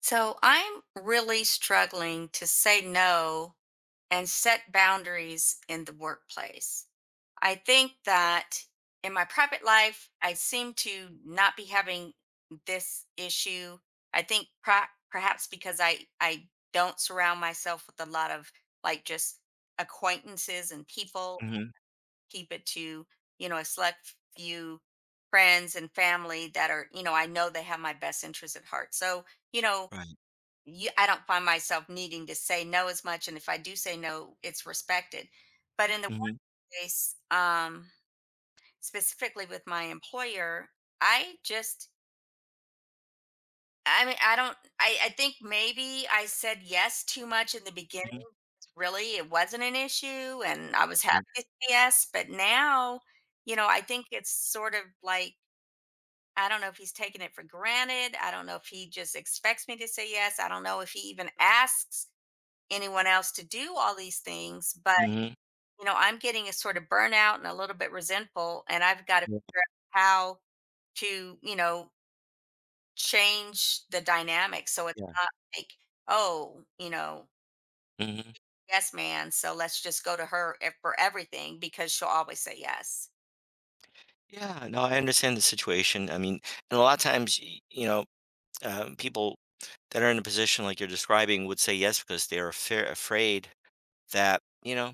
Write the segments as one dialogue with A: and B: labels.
A: So I'm really struggling to say no and set boundaries in the workplace. I think that in my private life, I seem to not be having this issue. I think perhaps because I don't surround myself with a lot of like just acquaintances and people,
B: Mhm,
A: keep it to, you know, a select few friends and family that are, you know, I know they have my best interest at heart. So, you know,
B: right,
A: you I don't find myself needing to say no as much, and if I do say no it's respected. But in the
B: mhm,
A: workplace, specifically with my employer, I just I mean I don't I think maybe I said yes too much in the beginning.
B: mhm,
A: Really it wasn't an issue and I was happy
B: yeah,
A: to say yes, but now you know I think it's sort of like, I don't know if he's taking it for granted. I don't know if he just expects me to say yes. I don't know if he even asks anyone else to do all these things, but,
B: mhm,
A: you know, I'm getting a sort of burnout and a little bit resentful, and I've got to
B: yeah,
A: figure out how to, you know, change the dynamic so it's
B: yeah,
A: not like, oh, you know,
B: mhm.
A: yes, man, so let's just go to her for everything because she'll always say yes.
B: Yeah, no, I understand the situation, I mean, and a lot of times, people that are in a position like you're describing would say yes because they're afai afraid that,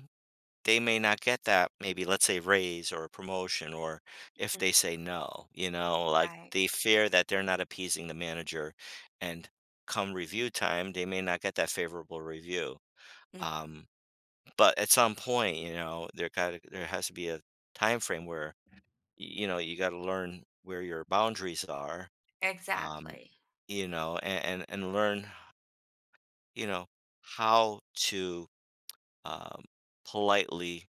B: they may not get that, maybe, let's say, raise or a promotion. Or if
A: Mm.
B: they say no, like,
A: Right.
B: they fear that they're not appeasing the manager, and come review time, they may not get that favorable review.
A: Mm.
B: um But at some point, there has to be a time frame where, you gotta learn where your boundaries are. um,
A: Exactly.
B: and learn, you know, how to, um, politely,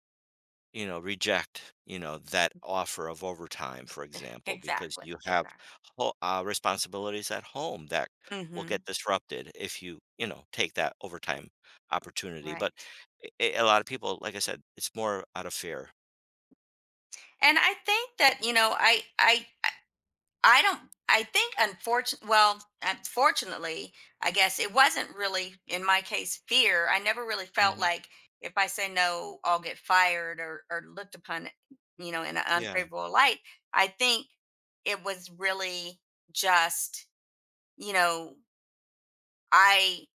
B: reject, that offer of overtime, for example, because
A: Exactly.
B: you have
A: Exactly.
B: ho responsibilities at home that will get
A: Hmm.
B: disrupted if you, take that overtime opportunity. But,
A: Right.
B: a lot of people, like I said, it's more out of fear.
A: And I think that, you know, I don't, I think unfortunate well, unfortunately, I guess it wasn't really in my case fear. I never really felt
B: Mhm.
A: like if I say no, I'll get fired or looked upon, you know, in an
B: Yeah.
A: unfavorable light. I think it was really just, you know, I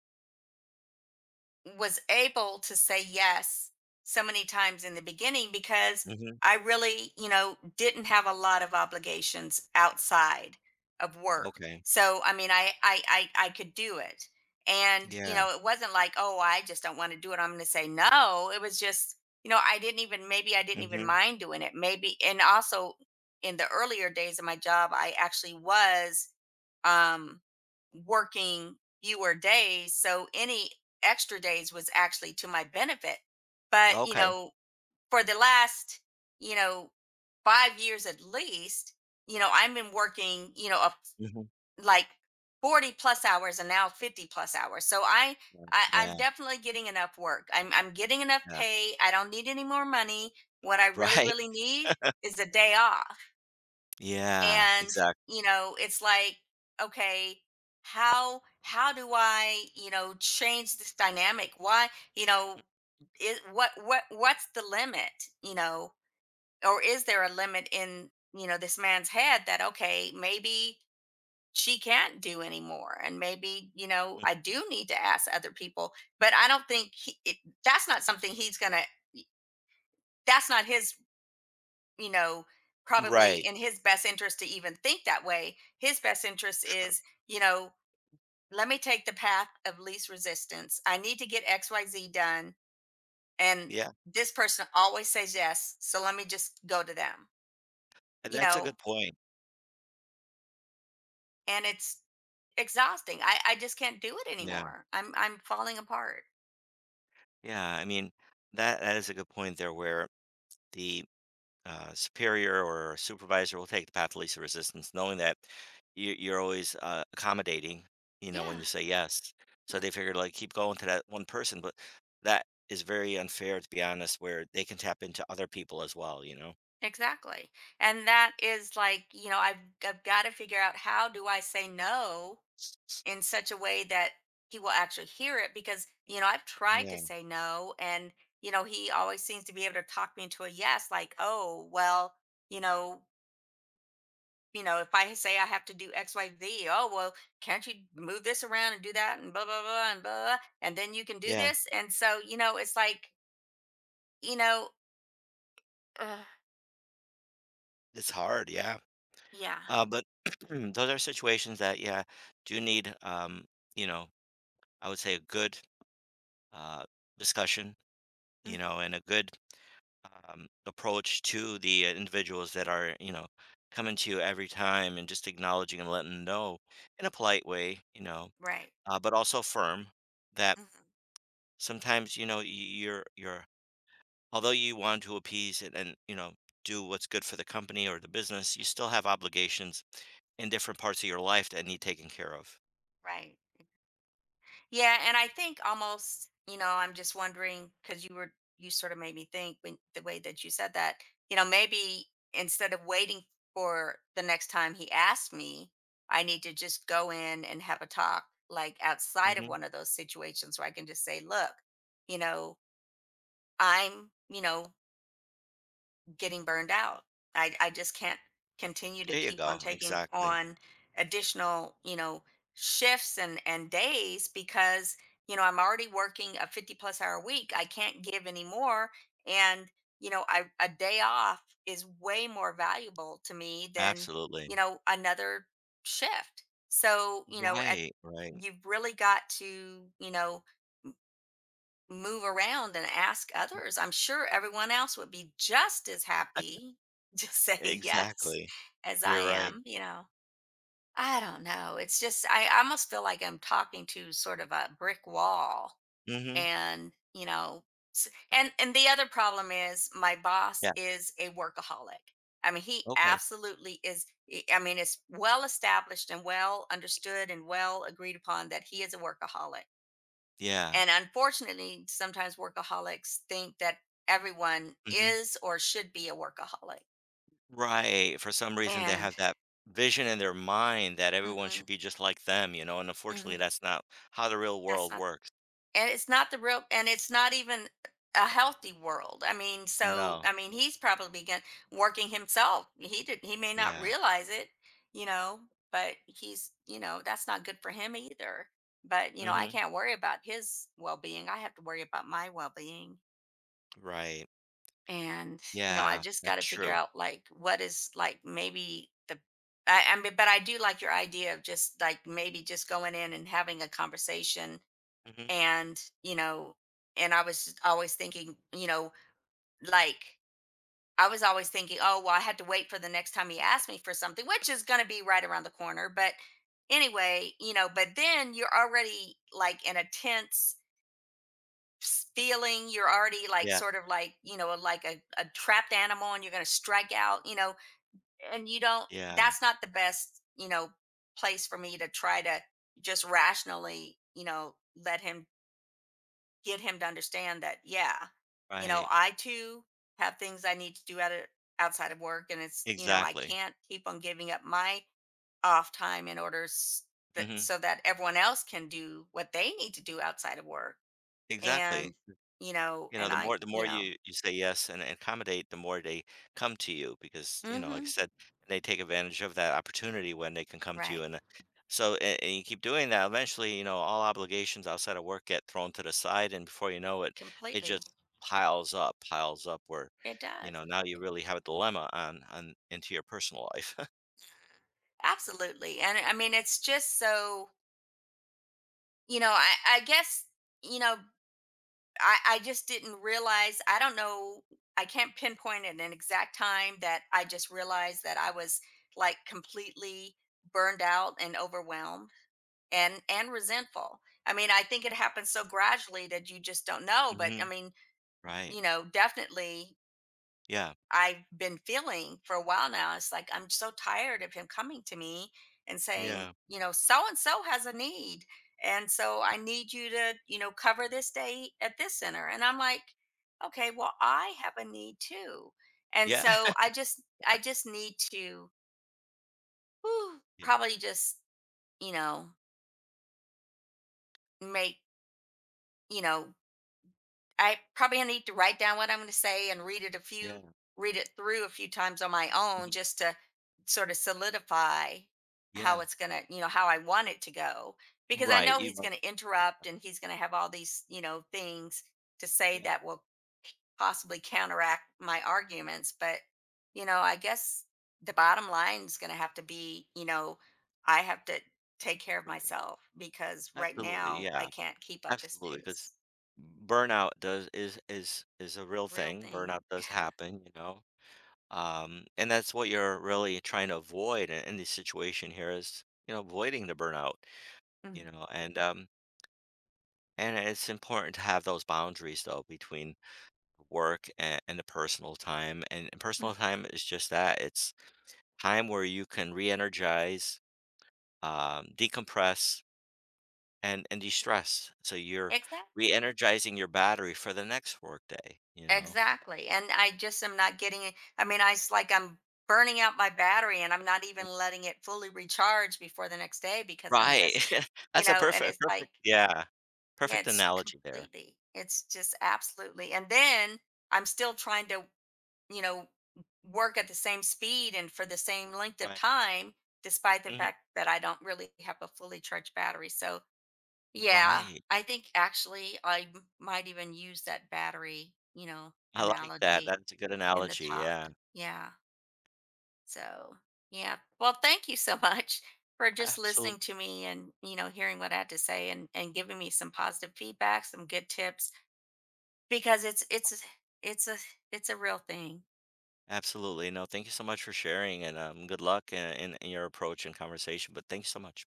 A: was able to say yes so many times in the beginning because
B: Mhm.
A: I really, you know, didn't have a lot of obligations outside of work.
B: Okay.
A: So I mean, I could do it, and you
B: Yeah.
A: know, it wasn't like, oh, I just don't want to do it, I'm going to say no. It was just, you know, I didn't even maybe I didn't even
B: Mhm.
A: mind doing it. Maybe, and also in the earlier days of my job, I actually was um working fewer days, so any extra days was actually to my benefit. But, you
B: Okay.
A: know, for the last, you know, 5 years at least, you know, I've been working, you know, up
B: Mhm.
A: like 40 plus hours and now 50 plus hours. So
B: Yeah,
A: I'm definitely getting enough work. I'm getting enough
B: yeah.
A: pay. I don't need any more money. What I really,
B: Right.
A: really need is a day off.
B: Yeah,
A: And
B: exactly.
A: you know it's like, okay, how do i, you know, change this dynamic? Why, you know, is what's the limit, you know? Or is there a limit in, you know, this man's head that, okay, maybe she can't do anymore, and maybe, you know, I do need to ask other people. But I don't think that's not something he's gonna, that's not his, you know, probably
B: Right.
A: in his best interest to even think that way. His best interest
B: True.
A: is, you know, let me take the path of least resistance. I need to get XYZ done. And
B: Yeah.
A: this person always says yes. So let me just go to them,
B: And
A: you
B: that's a
A: know,
B: good point.
A: and it's exhausting. I just can't do it
B: Yeah.
A: anymore. I'm falling apart.
B: Yeah, I mean, that is a good point there where the superior or supervisor will take the path of least resistance knowing that you're always, accommodating, when you
A: Yeah.
B: say yes. So
A: Mm.
B: they figured, like, keep going to that one person, but that is very unfair, to be honest, where they can tap into other people as well, you know?
A: Exactly. And that is like, you know, I've got to figure out, how do I say no in such a way that he will actually hear it? Because you know I've tried to
B: Yeah,
A: say no, and you know he always seems to be able to talk me into a yes. Like, oh well, you know you know, if I say I have to do XYZ, oh well, can't you move this around and do that, and blah blah blah and blah, and then you can do
B: yeah,
A: this? And so you know it's like, you know, uh,
B: it's hard, yeah.
A: yeah.
B: But those are situations that, yeah, do need, you know, I would say a good uh, discussion,
A: Mhm.
B: and a good approach to the individuals that are, coming to you every time and just acknowledging and letting them know in a polite way,
A: Right.
B: but also firm that
A: Mhm.
B: sometimes, you're, although you want to appease and, do what's good for the company or the business, you still have obligations in different parts of your life that need taken care of.
A: Right. Yeah, and I think almost, you know, I'm just wondering because you sort of made me think when the way that you said that, you know, maybe instead of waiting for the next time he asked me, I need to just go in and have a talk, like outside of
B: Mhm.
A: one of those situations, where I can just say, look, you know, I'm, you know, getting burned out. I just can't continue to
B: There you
A: keep on
B: go,
A: taking
B: exactly.
A: on additional, you know, shifts and days, because, you know, I'm already working a 50 plus hour week. I can't give any more. And, you know, I, a day off is way more valuable to me than,
B: Absolutely.
A: you know, another shift. So, you know,
B: Right, right.
A: you've really got to, you know, move around and ask others. I'm sure everyone else would be just as happy to say yes
B: Exactly.
A: as I
B: You're right.
A: am, you know. I don't know. It's just, I almost feel like I'm talking to sort of a brick wall,
B: Mhm.
A: and, you know, and the other problem is my boss
B: Yeah,
A: is a workaholic. I mean, he
B: okay.
A: absolutely is. I mean, it's well established and well understood and well agreed upon that he is a workaholic,
B: Yeah.
A: and unfortunately, sometimes workaholics think that everyone
B: Mhm.
A: is or should be a workaholic.
B: Right, for some reason, they
A: And
B: have that vision in their mind that everyone
A: hmm.
B: should be just like them, you know, and unfortunately,
A: Hmm.
B: that's not how the real
A: That's
B: world
A: not,
B: works.
A: and it's not the real, and it's not even a healthy world. I mean, so,
B: No.
A: I mean, he's probably get, working himself. He may not
B: Yeah.
A: realize it, you know, but he's, you know, that's not good for him either. But, you know, I
B: Mhm.
A: can't worry about his well being. I have to worry about my well being.
B: Right.
A: And you know I
B: Yeah,
A: just got
B: that's
A: to figure
B: true.
A: out, like, what is, like, maybe the, I mean, but I do like your idea of just like maybe just going in and having a conversation.
B: Mhm.
A: And you know, and I was just always thinking, you know, like, I was always thinking, oh well, I had to wait for the next time he asked me for something, which is going to be right around the corner. But anyway, you know, but then you're already like in a tense feeling, you're already like
B: Yeah,
A: sort of like, you know, like a trapped animal, and you're going to strike out, you know, and you don't,
B: yeah,
A: that's not the best, you know, place for me to try to just rationally, you know, let him, get him to understand that, yeah, you know,
B: right.
A: I too have things I need to do outside of work, and it's, you know, I
B: Exactly.
A: can't keep on giving up my off time in order
B: Mhm.
A: so that everyone else can do what they need to do outside of work. and
B: Exactly.
A: you know
B: You know,
A: and
B: the
A: i
B: more the more
A: you know
B: you say yes and accommodate, the more they come to you because, like I
A: Mhm.
B: said, they take advantage of that opportunity when they can come to you,
A: Right.
B: and so and you keep doing that, eventually, all obligations outside of work get thrown to the side, and before you know it, it
A: Completely.
B: just piles up where,
A: It does.
B: now you
A: Yeah.
B: really have a dilemma on into your personal life.
A: Absolutely. And I mean it's just so, you know, I guess, you know, I just didn't realize, I don't know, I can't pinpoint at an exact time that I just realized that I was like completely burned out and overwhelmed and resentful. I mean I think it happens so gradually that you just don't know. But
B: Hmm.
A: I mean,
B: Right.
A: you know, definitely
B: Yeah.
A: I've been feeling for a while now. It's like I'm so tired of him coming to me and saying,
B: Yeah.
A: you know, so and so has a need, and so I need you to, you know, cover this day at this center. And I'm like, okay, well, I have a need too. And
B: Yeah.
A: so I just need to whew,
B: Yeah.
A: probably just, you know, make, you know, I probably need to write down what I'm going to say and read it
B: Yeah.
A: read it through a few times on my own,
B: Mhm,
A: just to sort of solidify how
B: yeah.
A: it's going to, you know, how I want it to go. Because I
B: Right.
A: know
B: You
A: he's
B: want,
A: going to
B: yeah.
A: interrupt and he's going to have all these, you know, things to say
B: Yeah.
A: that will possibly counteract my arguments. But, you know, I guess the bottom line is going to have to be, you know, I have to take care of
B: Right.
A: myself, because right
B: Absolutely.
A: now I
B: Yeah.
A: can't keep up this
B: Absolutely, because
A: pace.
B: burnout does is a real
A: A real
B: thing.
A: thing.
B: Burnout does happen, you know? And that's what you're really trying to avoid in this situation here is, you know, avoiding the burnout, you
A: Mhm.
B: know, and um and it's important to have those boundaries though between work and the personal time. And personal time is just that. It's time where you can re-energize, decompress, and de-stress. So you're
A: Exactly.
B: re-energizing your battery for the next workday, you know?
A: Exactly. And I just am not getting it. I mean, I, it's like I'm burning out my battery, and I'm not
B: Yeah.
A: even letting it fully recharge before the next day, because I'm
B: Right.
A: just, you
B: That's a
A: know, and
B: perfect
A: it's
B: perfect
A: like,
B: yeah.
A: yeah,
B: Perfect
A: it's
B: analogy there.
A: completely, it's just absolutely. And then I'm still trying to, you know, work at the same speed and for the same length of
B: Right.
A: time, despite the
B: Mhm.
A: fact that I don't really have a fully charged battery. So, yeah,
B: Right.
A: I think actually I might even use that battery, you know,
B: I like that.
A: analogy
B: That's a good
A: in the
B: analogy,
A: talk.
B: yeah.
A: Yeah. So, yeah. Well, thank you so much for just listening
B: Absolutely.
A: to me and, you know, hearing what I had to say, and giving me some positive feedback, some good tips, because it's a it's a real thing.
B: Absolutely. No, thank you so much for sharing and, good luck in your approach and conversation, but thanks so much.